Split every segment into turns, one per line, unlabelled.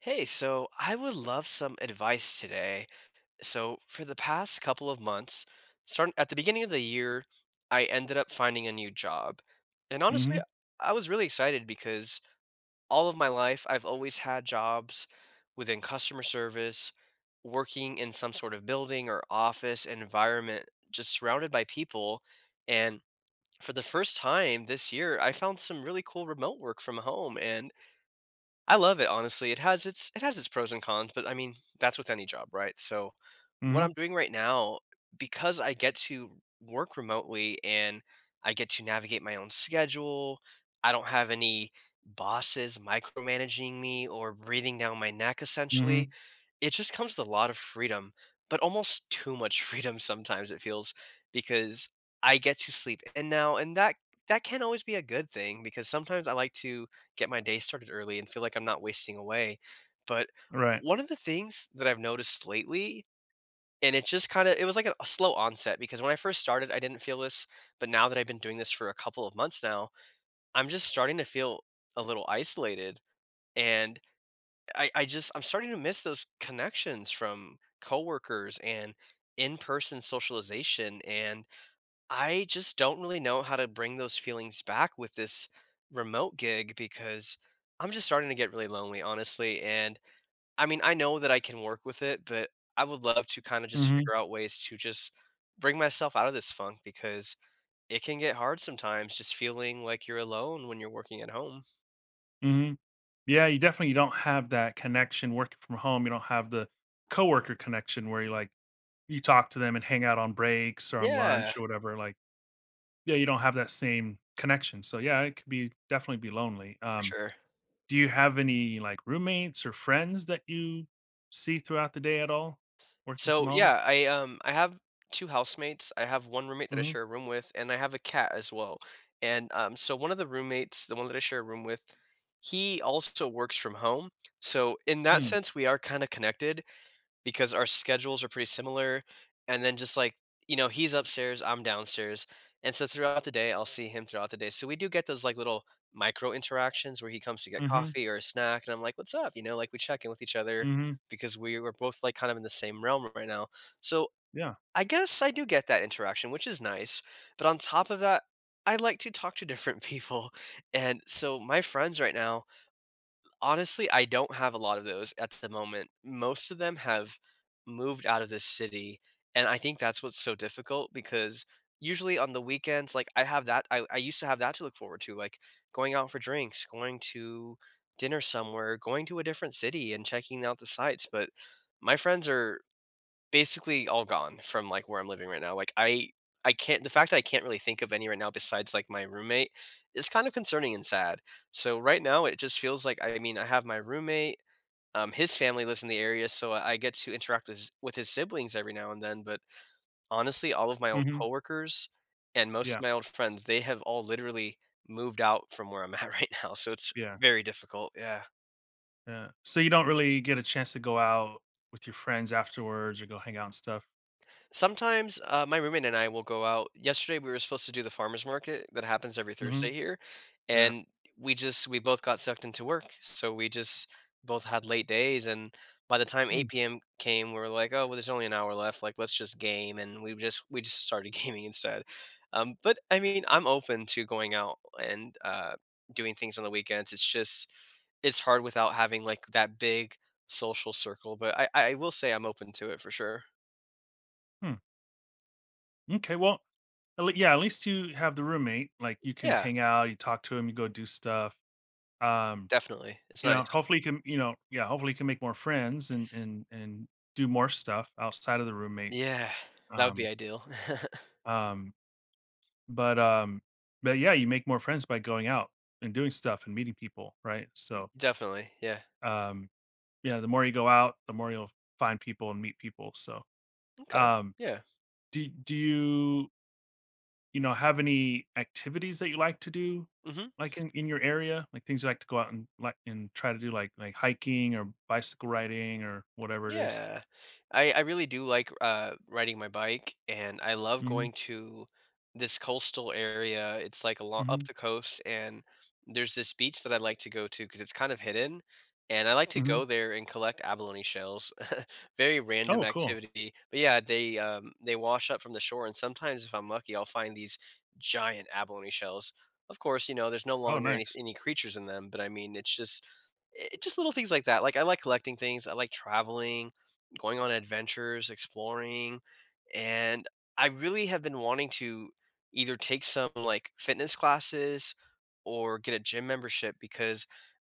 Hey, so I would love some advice today. So, for the past couple of months, starting at the beginning of the year, I ended up finding a new job. And honestly,
Mhm,
I was really excited because all of my life I've always had jobs within customer service, working in some sort of building or office environment, just surrounded by people. And for the first time this year, I found some really cool remote work from home, and I love it, honestly. It has its pros and cons, but I mean, that's with any job, right? So what
mhm,
I'm doing right now, because I get to work remotely and I get to navigate my own schedule, I don't have any bosses micromanaging me or breathing down my neck essentially.
mhm,
It just comes with a lot of freedom, but almost too much freedom sometimes it feels because I get to sleep in now, and that can always be a good thing because sometimes I like to get my day started early and feel like I'm not wasting away. But
right,
one of the things that I've noticed lately, and it just kind of it was like a slow onset because when I first started, I didn't feel this, but now that I've been doing this for a couple of months now, I'm just starting to feel a little isolated, and I just I'm starting to miss those connections from coworkers and in-person socialization, and I just don't really know how to bring those feelings back with this remote gig because I'm just starting to get really lonely honestly. And I mean I know that I can work with it, but I would love to kind of just
mhm,
figure out ways to just bring myself out of this funk because it can get hard sometimes just feeling like you're alone when you're working at home.
mhm. Yeah, you definitely don't have that connection working from home, you don't have the coworker connection where you, like, you talk to them and hang out on breaks or on
Yeah,
lunch or whatever, like yeah, you don't have that same connection, so, yeah, it could be definitely be lonely,
for sure.
do you have any, like, roommates or friends that you see throughout the day at all working from
So
home?
yeah, I have two housemates. I have one roommate that I
Mhm,
share a room with, and I have a cat as well. And so one of the roommates, the one that I share a room with, he also works from home. So in that
mm,
sense, we are kind of connected because our schedules are pretty similar. And then just like, you know, he's upstairs, I'm downstairs. And so throughout the day, I'll see him throughout the day. So we do get those like little micro interactions where he comes to get
mhm,
coffee or a snack. And I'm like, what's up? You know, like we check in with each other
mhm,
because we were both like kind of in the same realm right now. So
yeah,
I guess I do get that interaction, which is nice. But on top of that, I like to talk to different people. And so my friends right now, honestly, I don't have a lot of those at the moment. Most of them have moved out of this city, and I think that's what's so difficult because usually on the weekends, like I have that I used to have that to look forward to, like going out for drinks, going to dinner somewhere, going to a different city and checking out the sights. But my friends are basically all gone from, like, where I'm living right now. Like, I can't the fact that I can't really think of any right now besides, like, my roommate is kind of concerning and sad. So right now, it just feels like I mean, I have my roommate, his family lives in the area, so I get to interact with his siblings every now and then, but honestly, all of my old
mhm,
coworkers and most of
yeah,
my old friends, they have all literally moved out from where I'm at right now, so it's
yeah.
very difficult, yeah.
Yeah. So you don't really get a chance to go out with your friends afterwards or go hang out and stuff?
Sometimes, my roommate and I will go out. Yesterday, we were supposed to do the farmer's market that happens every
Mhm.
Thursday here,
Yeah.
and we both got sucked into work, so we just both had late days. And by the time
Hmm,
8 p.m. came, we were like, "Oh, well, there's only an hour left. Like, let's just game." And we just started gaming instead. But I mean, I'm open to going out and doing things on the weekends. It's just it's hard without having like that big social circle. But I will say I'm open to it for sure.
hmm. M'kay, well, at lea yeah, at least you have the roommate, like, you can
Yeah.
hang out, you talk to him, you go do stuff. Um,
Definitely, it's
you know,
nice.
hopefully you can you know yeah, hopefully you can make more friends and do more stuff outside of the roommate.
Yeah, that would be
Um
ideal.
um, but, um but, yeah, you make more friends by going out and doing stuff and meeting people, right? So,
Definitely, yeah.
um Yeah, the more you go out, the more you'll find people and meet people, so,
Okay,
um,
yeah,
do you, you know, have any activities that you like to do,
mhm.
like, in your area? Like, things you like to go out and, like and try to do, like hiking or bicycle riding or whatever it is?
Yeah. I really do like, riding my bike, and I love
Mhm,
going to this coastal area. It's, like, along up
mhm,
the coast, and there's this beach that I like to go to because it's kind of hidden, and I like to
mhm.
go there and collect abalone shells. Very random
Oh, cool.
activity, but, yeah, they wash up from the shore, and sometimes if I'm lucky, I'll find these giant abalone shells. Of course, you know, there's no
Oh,
longer any
nice.
any creatures in them, but, I mean, it's just eh, just little things like that. Like, I like collecting things. I like traveling, going on adventures, exploring, and I really have been wanting to either take some, like, fitness classes or get a gym membership because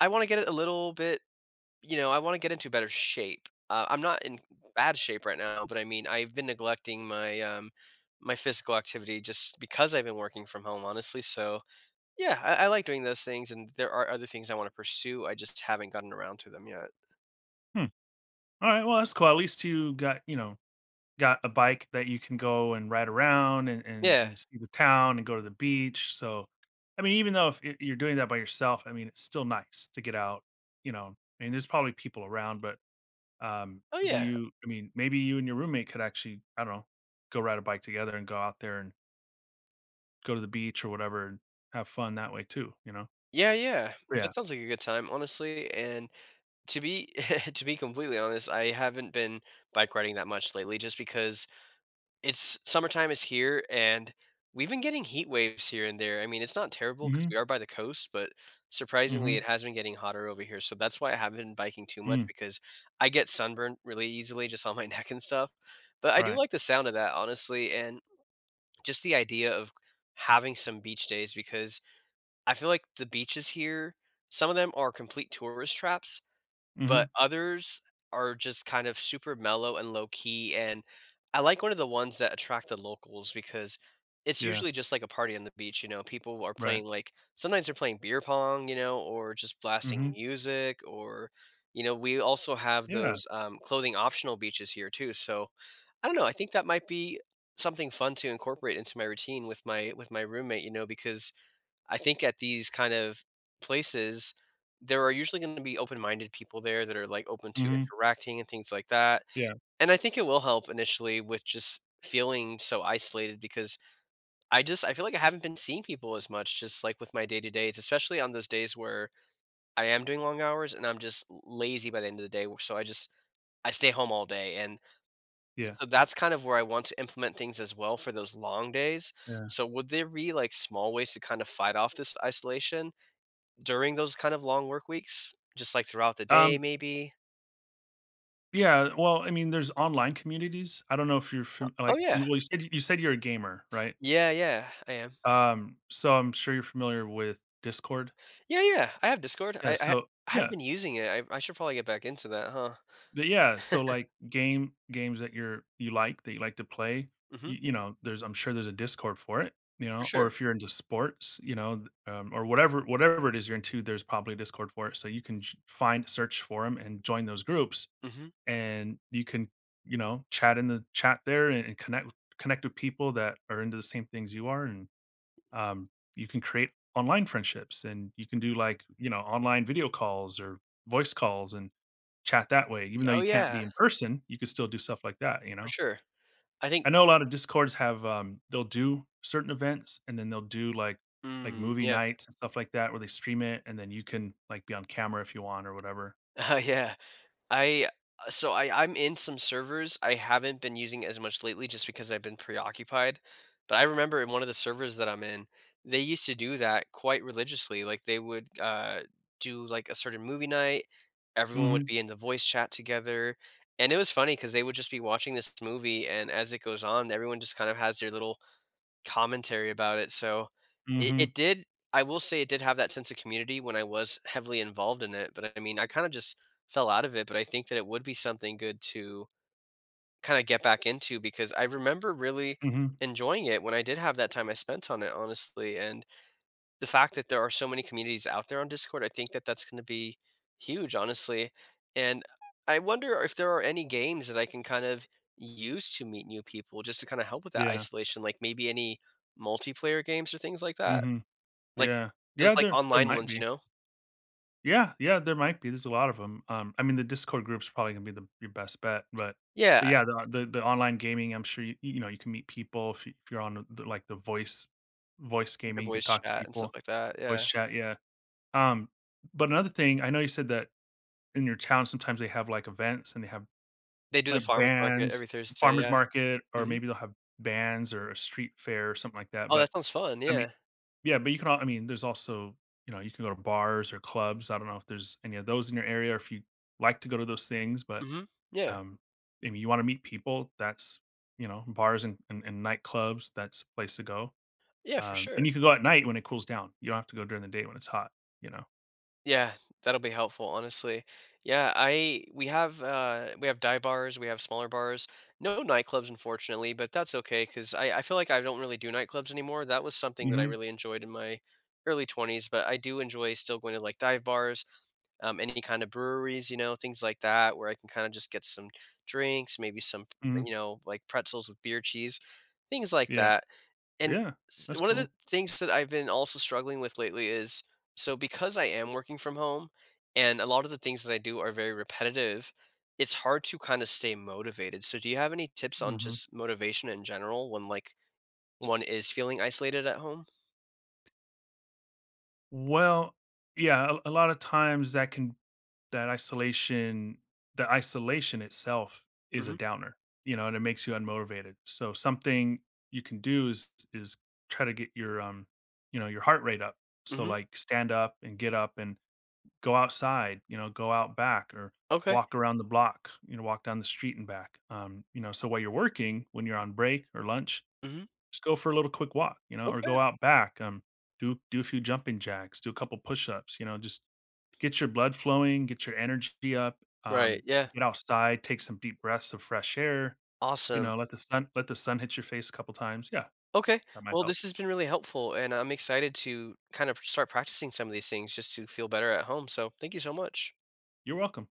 I wanna get a little bit you know, I wanna get into better shape. I'm not in bad shape right now, but I mean, I've been neglecting my, my physical activity just because I've been working from home, honestly, so yeah, I like doing those things, and there are other things I want to pursue. I just haven't gotten around to them yet.
Hmm. Alright, well, that's cool, at least you got, you know, got a bike that you can go and ride around and and
Yeah.
and see the town and go to the beach, so, I mean, even though if y you're doing that by yourself, I mean, it's still nice to get out, you know? I mean, there's probably people around, but, um,
Oh
do
yeah.
you I mean, maybe you and your roommate could actually, I don't know, go ride a bike together and go out there and go to the beach or whatever and have fun that way too, you know?
Yeah, yeah.
Yeah.
That sounds like a good time, honestly. And to be to be completely honest, I haven't been bike riding that much lately, just because it's summertime is here, and we've been getting heat waves here and there. I mean, it's not terrible because
Mhm.
we are by the coast, but surprisingly,
Mhm.
it has been getting hotter over here, so that's why I haven't been biking too much
Mm.
because I get sunburned really easily just on my neck and stuff. But I do
Right.
like the sound of that, honestly, and just the idea of having some beach days because I feel like the beaches here, some of them are complete tourist traps.
Mhm.
But others are just kind of super mellow and low key, and I like one of the ones that attract the locals because it's
Yeah.
usually just like a party on the beach, you know. People are
Right.
playing like sometimes they're playing beer pong, you know, or just blasting
Mhm.
music or you know, we also have
Yeah.
those clothing optional beaches here too. So I don't know. I think that might be something fun to incorporate into my routine with my roommate, you know, because I think at these kind of places, there are usually going to be open minded people there that are like open to
Mhm.
interacting and things like that.
Yeah.
And I think it will help initially with just feeling so isolated because I just I feel like I haven't been seeing people as much just like with my day to days, especially on those days where I am doing long hours and I'm just lazy by the end of the day. So I just I stay home all day. And
Yeah.
so that's kind of where I want to implement things as well for those long days.
Yeah.
So would there be like small ways to kind of fight off this isolation? During those kind of long work weeks, just, like, throughout the day
Um
maybe.
Yeah, well, I mean, there's online communities. I don't know if you're fam
Oh,
like,
yeah.
you well, you said you're a gamer, right?
Yeah, yeah, I am.
So I'm sure you're familiar with Discord.
Yeah, yeah, I have Discord.
Yeah, so
I haven't
yeah,
been using it. I should probably get back into that, huh?
but yeah, so, like, game games that you're you like, that you like to play,
Mhm,
you know, there's I'm sure there's a Discord for it, you
for
know, or
sure.
if you're into sports, you know, or whatever whatever it is you're into, there's probably a Discord for it, so you can j find search for them and join those groups.
Mhm.
And you can, you know, chat in the chat there and connect connect with people that are into the same things you are, and um, you can create online friendships, and you can do like you know online video calls or voice calls and chat that way. Even though
Oh,
you can't
yeah,
be in person, you can still do stuff like that. You
for
know,
sure. I think
I know a lot of discords have they'll do certain events, and then they'll do like
mm,
movie
yeah.
nights and stuff like that where they stream it and then you can like be on camera if you want or whatever.
Yeah. I so I'm in some servers. I haven't been using it as much lately just because I've been preoccupied, but I remember in one of the servers that I'm in, they used to do that quite religiously, like, they would, do, like, a certain movie night. Everyone would
Mhm.
be in the voice chat together, and it was funny because they would just be watching this movie, and as it goes on, everyone just kind of has their little commentary about it, so it
Mhm.
it did I will say it did have that sense of community when I was heavily involved in it, but I mean, I kinda just fell out of it, but I think that it would be something good to kinda get back into because I remember really
Mhm.
enjoying it when I did have that time I spent on it, honestly, and the fact that there are so many communities out there on Discord, I think that that's going to be huge, honestly. And I wonder if there are any games that I can kind of use to meet new people just to kind of help with that
Yeah.
isolation, like maybe any multiplayer games or things like that.
Mhm.
Like
Yeah.
those
Yeah,
like
there
online
might
ones,
be.
you know?
Yeah, yeah, there might be, there's a lot of them. I mean, the Discord group's probably gonna be the your best bet, but
Yeah,
yeah, the the online gaming, I'm sure you you know, you can meet people if you if you're on the, like, the voice voice
the
gaming, you can
voice
talk to
chat and stuff
people,
like that.
voice
Yeah.
chat, yeah. Um, but another thing, I know you said that in your town, sometimes they have, like, events and they have,
They do the
like,
farmers market
bands,
every Thursday,
farmers
yeah.
market, or
Mhm.
maybe they'll have bands or a street fair or something like that,
Oh,
but,
that sounds fun,
I mean
yeah.
yeah, but you can al I mean, there's also, you know, you can go to bars or clubs. I don't know if there's any of those in your area or if you like to go to those things, but,
Mhm. Yeah.
um, I mean, you wanna meet people, that's you know, bars and and nightclubs, that's a place to go.
Yeah, for
And
sure.
you can go at night when it cools down. You don't have to go during the day when it's hot, you know?
Yeah, that'll be helpful, honestly. Yeah, I we have dive bars, we have smaller bars. No nightclubs, unfortunately, but that's okay because I feel like I don't really do nightclubs anymore. That was something that I
Mhm,
really enjoyed in my early 20s, but I do enjoy still going to like dive bars, any kind of breweries, you know, things like that, where I can kind of just get some drinks, maybe some,
mhm,
you know, like pretzels with beer cheese, things like
yeah,
that. And
yeah,
s
that's
one of the
cool.
things that I've been also struggling with lately is so because I am working from home and a lot of the things that I do are very repetitive, it's hard to kind of stay motivated. So do you have any tips on
Mhm.
just motivation in general when, like, one is feeling isolated at home?
Well, yeah, a lot of times that can that isolation, the isolation itself is a
Mhm,
downer, you know, and it makes you unmotivated. So something you can do is try to get your you know, your heart rate up. So
mhm,
like stand up and get up and go outside, you know, go out back or
okay,
walk around the block, you know, walk down the street and back. You know, so while you're working, when you're on break or lunch,
mhm,
just go for a little quick walk, you know, or
okay.
go out back, do a few jumping jacks, do a couple push-ups, you know, just get your blood flowing, get your energy up,
Right,
um,
yeah,
get outside, take some deep breaths of fresh air, you
awesome.
know, let the sun hit your face a couple times. Yeah,
Okay,
that might
well,
help.
this has been really helpful, and I'm excited to kind of start practicing some of these things just to feel better at home, so thank you so much.
You're welcome.